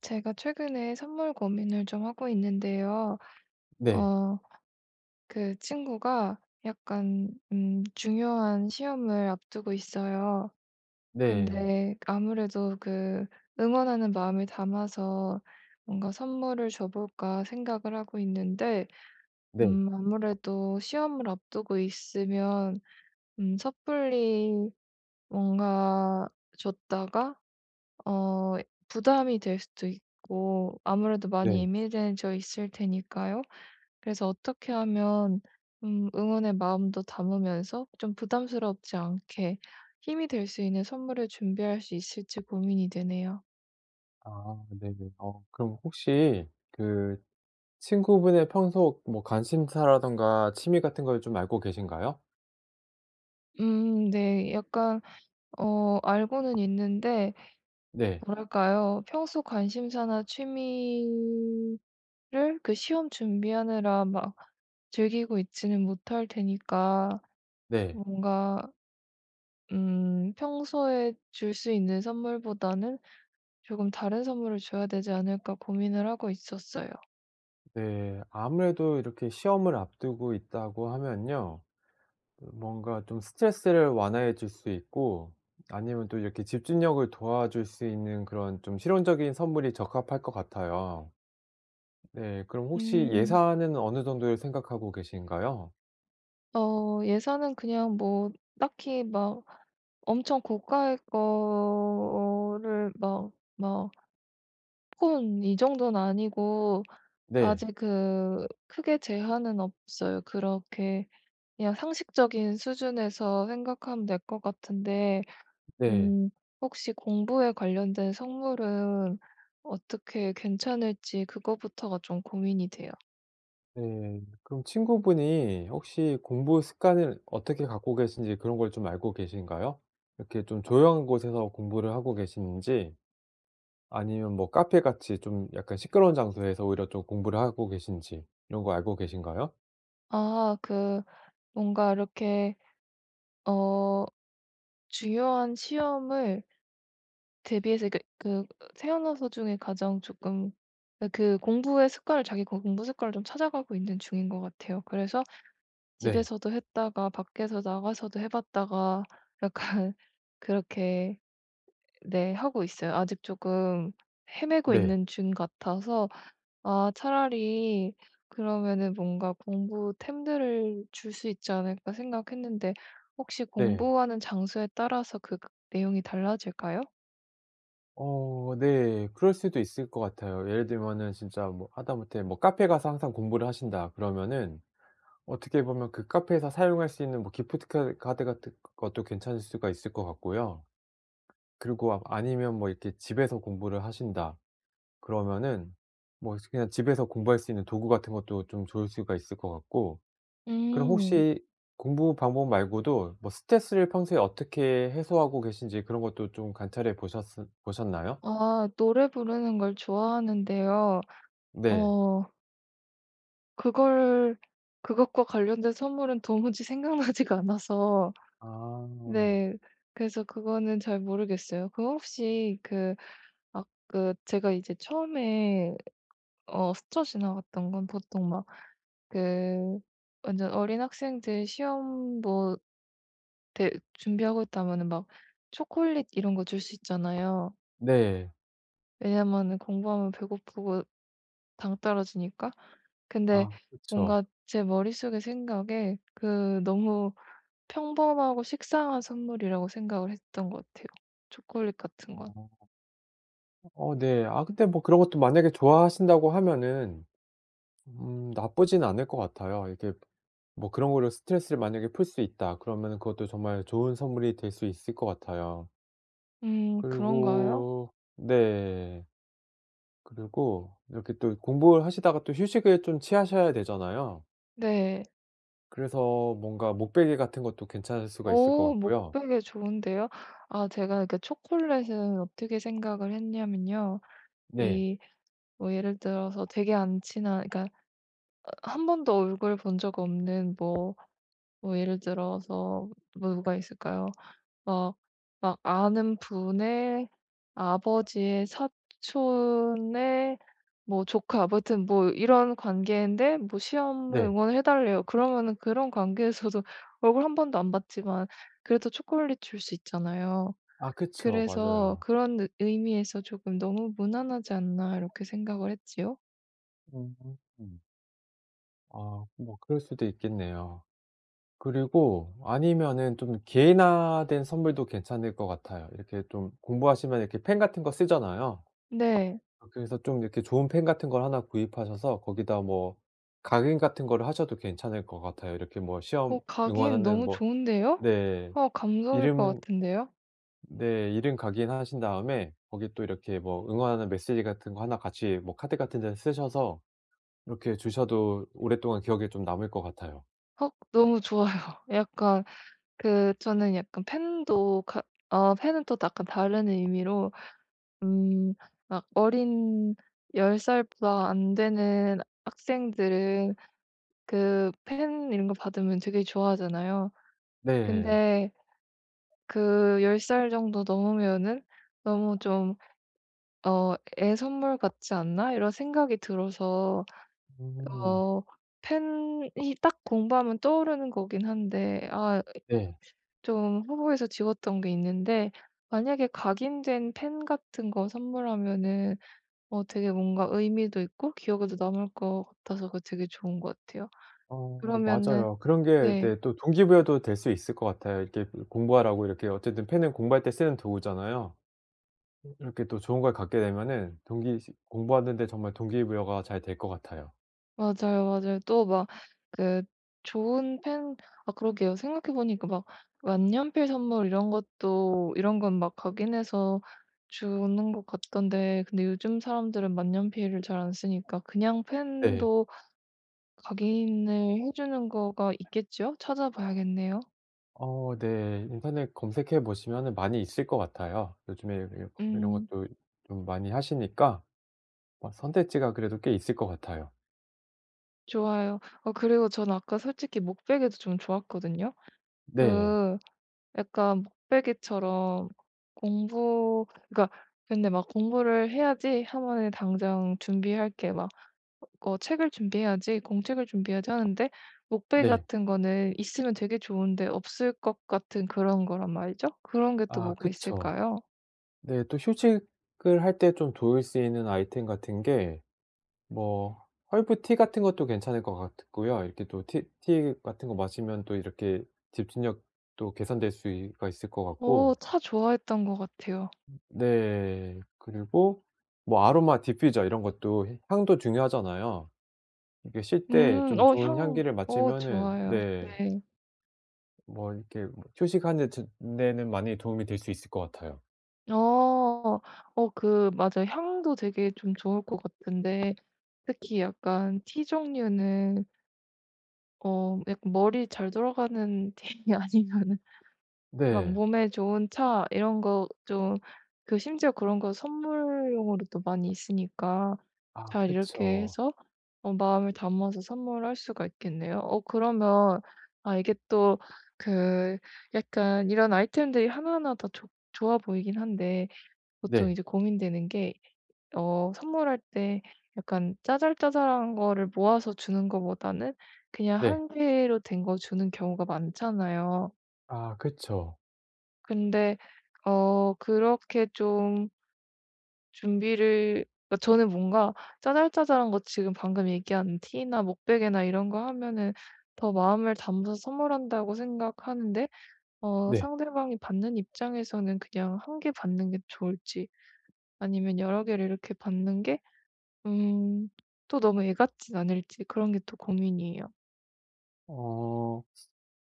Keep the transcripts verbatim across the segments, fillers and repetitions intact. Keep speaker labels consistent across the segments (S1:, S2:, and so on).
S1: 제가 최근에 선물 고민을 좀 하고 있는데요.
S2: 네.
S1: 어, 그 친구가 약간, 음, 중요한 시험을 앞두고 있어요.
S2: 네.
S1: 근데 아무래도 그 응원하는 마음을 담아서 뭔가 선물을 줘볼까 생각을 하고 있는데,
S2: 네.
S1: 음, 아무래도 시험을 앞두고 있으면, 음, 섣불리 뭔가 줬다가 어 부담이 될 수도 있고, 아무래도 많이
S2: 네.
S1: 예민해져 있을 테니까요. 그래서 어떻게 하면 음 응원의 마음도 담으면서 좀 부담스럽지 않게 힘이 될 수 있는 선물을 준비할 수 있을지 고민이 되네요.
S2: 아 네네. 어 그럼 혹시 그 친구분의 평소 뭐 관심사라든가 취미 같은 걸 좀 알고 계신가요?
S1: 음, 네. 약간 어 알고는 있는데,
S2: 네.
S1: 뭐랄까요? 평소 관심사나 취미를 그 시험 준비하느라 막 즐기고 있지는 못할 테니까,
S2: 네.
S1: 뭔가 음 평소에 줄 수 있는 선물보다는 조금 다른 선물을 줘야 되지 않을까 고민을 하고 있었어요.
S2: 네. 아무래도 이렇게 시험을 앞두고 있다고 하면요. 뭔가 좀 스트레스를 완화해 줄 수 있고 아니면 또 이렇게 집중력을 도와줄 수 있는 그런 좀 실용적인 선물이 적합할 것 같아요. 네. 그럼 혹시
S1: 음.
S2: 예산은 어느 정도를 생각하고 계신가요?
S1: 어 예산은 그냥 뭐 딱히 막 엄청 고가의 거를 막, 막 폰 이 정도는 아니고,
S2: 네.
S1: 아직 그 크게 제한은 없어요. 그렇게 그냥 상식적인 수준에서 생각하면 될 것 같은데.
S2: 네.
S1: 음. 혹시 공부에 관련된 선물은 어떻게 괜찮을지 그거부터가 좀 고민이 돼요.
S2: 네. 그럼 친구분이 혹시 공부 습관을 어떻게 갖고 계신지 그런 걸 좀 알고 계신가요? 이렇게 좀 조용한 곳에서 공부를 하고 계시는지 아니면 뭐 카페 같이 좀 약간 시끄러운 장소에서 오히려 좀 공부를 하고 계신지 이런 거 알고 계신가요?
S1: 아, 그 뭔가 이렇게 어 중요한 시험을 대비해서 그 그 태어나서 중에 가장 조금 그 공부의 습관을 자기, 그 공부 습관을 좀 찾아가고 있는 중인 것 같아요. 그래서
S2: 네.
S1: 집에서도 했다가 밖에서 나가서도 해 봤다가 약간 그렇게, 네, 하고 있어요. 아직 조금 헤매고
S2: 네.
S1: 있는 중 같아서, 아, 차라리 그러면은 뭔가 공부템들을 줄 수 있지 않을까 생각했는데, 혹시
S2: 네.
S1: 공부하는 장소에 따라서 그 내용이 달라질까요?
S2: 어 네. 그럴 수도 있을 것 같아요. 예를 들면은 진짜 뭐 하다못해 뭐 카페 가서 항상 공부를 하신다 그러면은 어떻게 보면 그 카페에서 사용할 수 있는 뭐 기프트 카 카드 같은 것도 괜찮을 수가 있을 것 같고요. 그리고 아 아니면 뭐 이렇게 집에서 공부를 하신다 그러면은 뭐 그냥 집에서 공부할 수 있는 도구 같은 것도 좀 좋을 수가 있을 것 같고 그럼
S1: 음.
S2: 혹시 공부 방법 말고도 뭐 스트레스를 평소에 어떻게 해소하고 계신지 그런 것도 좀 관찰해 보셨 보셨나요?
S1: 아, 노래 부르는 걸 좋아하는데요.
S2: 네.
S1: 어 그걸, 그것과 관련된 선물은 도무지 생각나지가 않아서.
S2: 아.
S1: 네. 그래서 그거는 잘 모르겠어요. 그럼, 혹시 그, 아, 그 제가 이제 처음에 어 스쳐 지나갔던 건, 보통 막 그 완전 어린 학생들 시험 뭐 대 준비하고 있다면은 막 초콜릿 이런 거 줄 수 있잖아요.
S2: 네.
S1: 왜냐면은 공부하면 배고프고 당 떨어지니까. 근데
S2: 아 그쵸.
S1: 뭔가 제 머릿속의 생각에 그 너무 평범하고 식상한 선물이라고 생각을 했던 것 같아요, 초콜릿 같은 건.
S2: 어. 어 네. 아 근데 뭐 그런 것도 만약에 좋아하신다고 하면은 음 나쁘진 않을 것 같아요. 이게 뭐 그런 걸로 스트레스를 만약에 풀 수 있다 그러면은 그것도 정말 좋은 선물이 될 수 있을 것 같아요.
S1: 음 그런가요?
S2: 그리고 네. 그리고 이렇게 또 공부를 하시다가 또 휴식을 좀 취하셔야 되잖아요.
S1: 네.
S2: 그래서 뭔가 목베개 같은 것도 괜찮을 수가 있을 것
S1: 오,
S2: 같고요.
S1: 목베개 좋은데요. 아, 제가 그 초콜릿은 어떻게 생각을 했냐면요.
S2: 네.
S1: 이, 뭐 예를 들어서 되게 안 친한, 그러니까 한 번도 얼굴 본 적 없는 뭐 뭐 예를 들어서 뭐 누가 있을까요? 막, 막 아는 분의 아버지의 사촌의 뭐 조카, 뭐무튼 뭐 이런 관계인데, 뭐 "시험을
S2: 네.
S1: 응원해 달래요." 그러면은, 그런 관계에서도 얼굴 한 번도 안 봤지만 그래도 초콜릿 줄 수 있잖아요.
S2: 아 그쵸.
S1: 그래서
S2: 맞아요.
S1: 그런 의 의미에서 조금 '너무 무난하지 않나.' 이렇게 생각을 했지요.
S2: 음. 음. 아뭐 그럴 수도 있겠네요. 그리고 아니면은 좀 개인화된 선물도 괜찮을 것 같아요. 이렇게 좀 공부하시면 이렇게 펜 같은 거 쓰잖아요.
S1: 네.
S2: 어 그래서 좀 이렇게 좋은 펜 같은 걸 하나 구입하셔서 거기다 뭐 각인 같은 거를 하셔도 괜찮을 것 같아요. 이렇게 뭐 시험
S1: 어 가기엔
S2: 응원하는
S1: 너무
S2: 뭐
S1: 좋은데요?
S2: 네.
S1: 어 감동일 것
S2: 이름
S1: 같은데요?
S2: 네. 이름 각인하신 다음에 거기 또 이렇게 뭐 응원하는 메시지 같은 거 하나 같이 뭐 카드 같은 데 쓰셔서 이렇게 주셔도 오랫동안 기억에 좀 남을 것 같아요.
S1: 어 너무 좋아요. 약간 그, 저는 약간 팬도 가 어 팬은 또 약간 다른 의미로, 음 막 어린 열 살보다 안 되는 학생들은 그 팬 이런 거 받으면 되게 좋아하잖아요.
S2: 네.
S1: 근데 그 열 살 정도 넘으면은 너무 좀 어 '애 선물 같지 않나?' 이런 생각이 들어서,
S2: 음.
S1: 어 팬이 딱 공부하면 떠오르는 거긴 한데, 아,
S2: 네.
S1: 좀 후보에서 지웠던 게 있는데, 만약에 각인된 펜 같은 거 선물하면은 어 되게 뭔가 의미도 있고 기억에도 남을 것 같아서 그거 되게 좋은 것 같아요.
S2: 어
S1: 그러면은,
S2: 맞아요. 그런 게
S1: 네.
S2: 네 또 동기부여도 될 수 있을 것 같아요. 이렇게 그 공부하라고 이렇게 어쨌든 펜은 공부할 때 쓰는 도구잖아요. 이렇게 또 좋은 걸 갖게 되면은 동기 시 공부하는 데 정말 동기부여가 잘 될 것 같아요.
S1: 맞아요, 맞아요. 또 막 그 좋은 펜. 아, 그러게요. 생각해 보니까 막 만년필 선물 이런 것도, 이런 건 막 각인해서 주는 것 같던데, 근데 요즘 사람들은 만년필을 잘 안 쓰니까 그냥
S2: 네.
S1: 펜도 각인을 해 주는 거가 있겠죠? 찾아봐야겠네요.
S2: 어 네. 인터넷 검색해 보시면은 많이 있을 것 같아요. 요즘에 이 이런
S1: 음
S2: 것도 좀 많이 하시니까 어 선택지가 그래도 꽤 있을 것 같아요.
S1: 좋아요. 어 그리고 저는 아까 솔직히 목베개도 좀 좋았거든요.
S2: 네.
S1: 그 약간 목베개처럼 공부, 그러니까, 근데 막 '공부를 해야지 한번에 당장 준비할 게 막, 어 책을 준비해야지. 공책을 준비해야지.' 하는데, 목베개
S2: 네.
S1: 같은 거는 있으면 되게 좋은데 없을 것 같은 그런 거란 말이죠. 그런 게 또
S2: 아
S1: 뭐가
S2: 그쵸.
S1: 있을까요?
S2: 네. 또 휴직을 할 때 좀 도울 수 있는 아이템 같은 게 뭐 허브티 같은 것도 괜찮을 것 같고요. 이렇게 또 티 티 같은 거 마시면 또 이렇게 집중력도 개선될 수가 있을 것
S1: 어
S2: 같고
S1: 차 좋아했던 것 같아요.
S2: 네. 그리고 뭐 아로마 디퓨저 이런 것도 향도 중요하잖아요. 이게 쉴 때
S1: 음.
S2: 좀
S1: 어
S2: 좋은
S1: 향,
S2: 향기를
S1: 어
S2: 맡으면은
S1: 좋아요.
S2: 네
S1: 네.
S2: 뭐 이렇게 뭐 휴식하는 즈 데는 많이 도움이 될 수 있을 것 같아요.
S1: 어. 어 그 맞아요. 향도 되게 좀 좋을 것 같은데, 특히 약간 티 종류는, 어 약간 머리 잘 돌아가는 티 아니면은 막
S2: 네.
S1: 몸에 좋은 차 이런 거 좀, 그 심지어 그런 거 선물용으로도 많이 있으니까
S2: 아
S1: 잘 이렇게
S2: 그쵸.
S1: 해서 어 마음을 담아서 선물할 수가 있겠네요. 어 그러면, 아, 이게 또 그 약간 이런 아이템들이 하나하나 다 좋 좋아 보이긴 한데, 보통
S2: 네.
S1: 이제 고민되는 게, 어 선물할 때 약간 짜잘짜잘한 거를 모아서 주는 거보다는 그냥
S2: 네.
S1: 한 개로 된 거 주는 경우가 많잖아요.
S2: 아 그쵸.
S1: 근데 어 그렇게 좀 준비를, 그러니까 저는 뭔가 짜잘짜잘한 거 지금 방금 얘기한 티나 목베개나 이런 거 하면은 더 마음을 담아서 선물한다고 생각하는데, 어
S2: 네.
S1: 상대방이 받는 입장에서는 그냥 한 개 받는 게 좋을지, 아니면 여러 개를 이렇게 받는 게 음 또 너무 애 같진 않을지, 그런 게 또 고민이에요.
S2: 어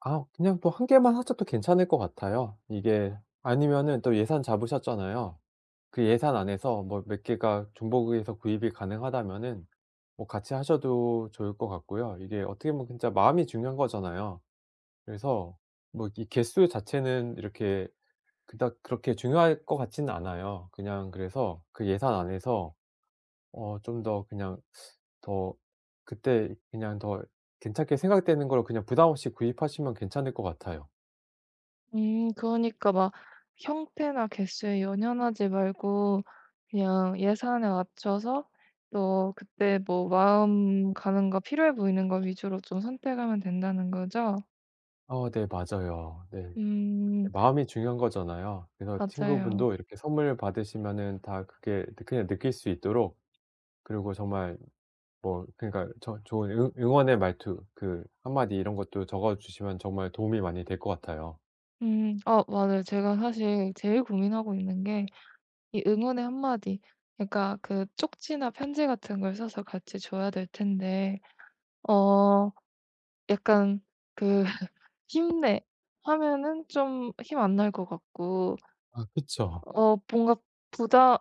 S2: 아 그냥 또 한 개만 하셔도 괜찮을 것 같아요. 이게 아니면은 또 예산 잡으셨잖아요. 그 예산 안에서 뭐 몇 개가 중복해서 구입이 가능하다면은 뭐 같이 하셔도 좋을 것 같고요. 이게 어떻게 보면 진짜 마음이 중요한 거잖아요. 그래서 뭐 이 개수 자체는 이렇게 그닥 그렇게 중요할 것 같지는 않아요. 그냥 그래서 그 예산 안에서 어 좀 더 그냥 더 그때 그냥 더 괜찮게 생각되는 걸 그냥 부담 없이 구입하시면 괜찮을 것 같아요.
S1: 음 그러니까 막 형태나 개수에 연연하지 말고 그냥 예산에 맞춰서 또 그때 뭐 마음 가는 거, 필요해 보이는 거 위주로 좀 선택하면 된다는 거죠?
S2: 어 네 맞아요. 네.
S1: 음,
S2: 마음이 중요한 거잖아요. 그래서
S1: 맞아요.
S2: 친구분도 이렇게 선물 받으시면은 다 그게 느 그냥 느낄 수 있도록 그리고 정말 뭐 그러니까 저 좋은 응 응원의 말투 그 한 마디 이런 것도 적어 주시면 정말 도움이 많이 될 것 같아요.
S1: 음, 어 맞아요. 제가 사실 제일 고민하고 있는 게 이 응원의 한마디, 그러니까 그 쪽지나 편지 같은 걸 써서 같이 줘야 될 텐데, 어 약간 그 "힘내." 하면은 좀 힘 안 날 것 같고,
S2: 아 그쵸.
S1: 어 뭔가 부담,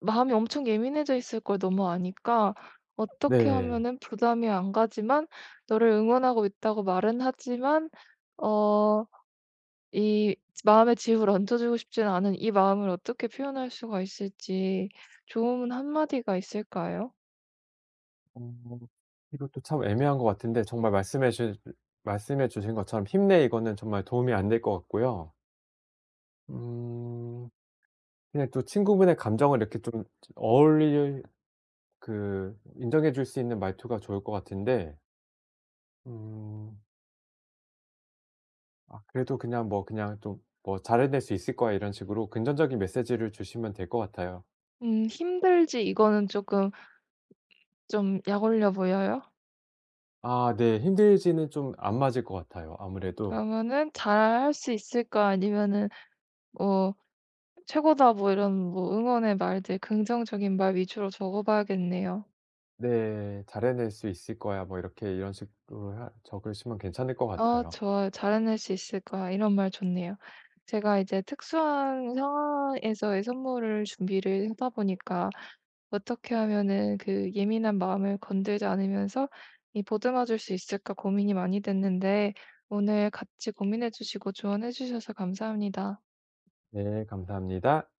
S1: 마음이 엄청 예민해져 있을 걸 너무 아니까 어떻게
S2: 네.
S1: 하면은 부담이 안 가지만 너를 응원하고 있다고 말은 하지만, 어 이 마음의 짐을 얹어주고 싶지는 않은 이 마음을 어떻게 표현할 수가 있을지, 좋은 한마디가 있을까요?
S2: 어 이것도 참 애매한 것 같은데 정말 말씀해 주 말씀해 주신 것처럼 "힘내." 이거는 정말 도움이 안 될 것 같고요. 음 그냥 또 친구분의 감정을 이렇게 좀 어울릴 그 인정해 줄 수 있는 말투가 좋을 것 같은데 음 아 그래도 그냥 뭐 그냥 좀 뭐 "잘해낼 수 있을 거야." 이런 식으로 긍정적인 메시지를 주시면 될 것 같아요.
S1: 음 "힘들지." 이거는 조금 좀 약 올려 보여요?
S2: 아 네. 힘들지는 좀 안 맞을 것 같아요 아무래도.
S1: 그러면은 "잘할 수 있을까?" 아니면은 뭐 최고다 뭐, 이런 뭐 응원의 말들, 긍정적인 말 위주로 적어 봐야겠네요.
S2: 네. "잘해낼 수 있을 거야." 뭐 이렇게 이런 식으로 하 적으시면 괜찮을 것
S1: 아,
S2: 같아요.
S1: 좋아요. "잘해낼 수 있을 거야." 이런 말 좋네요. 제가 이제 특수한 상황에서의 선물을 준비를 하다 보니까 어떻게 하면은 그 예민한 마음을 건들지 않으면서 이 보듬어 줄 수 있을까 고민이 많이 됐는데, 오늘 같이 고민해 주시고 조언해 주셔서 감사합니다.
S2: 네. 감사합니다.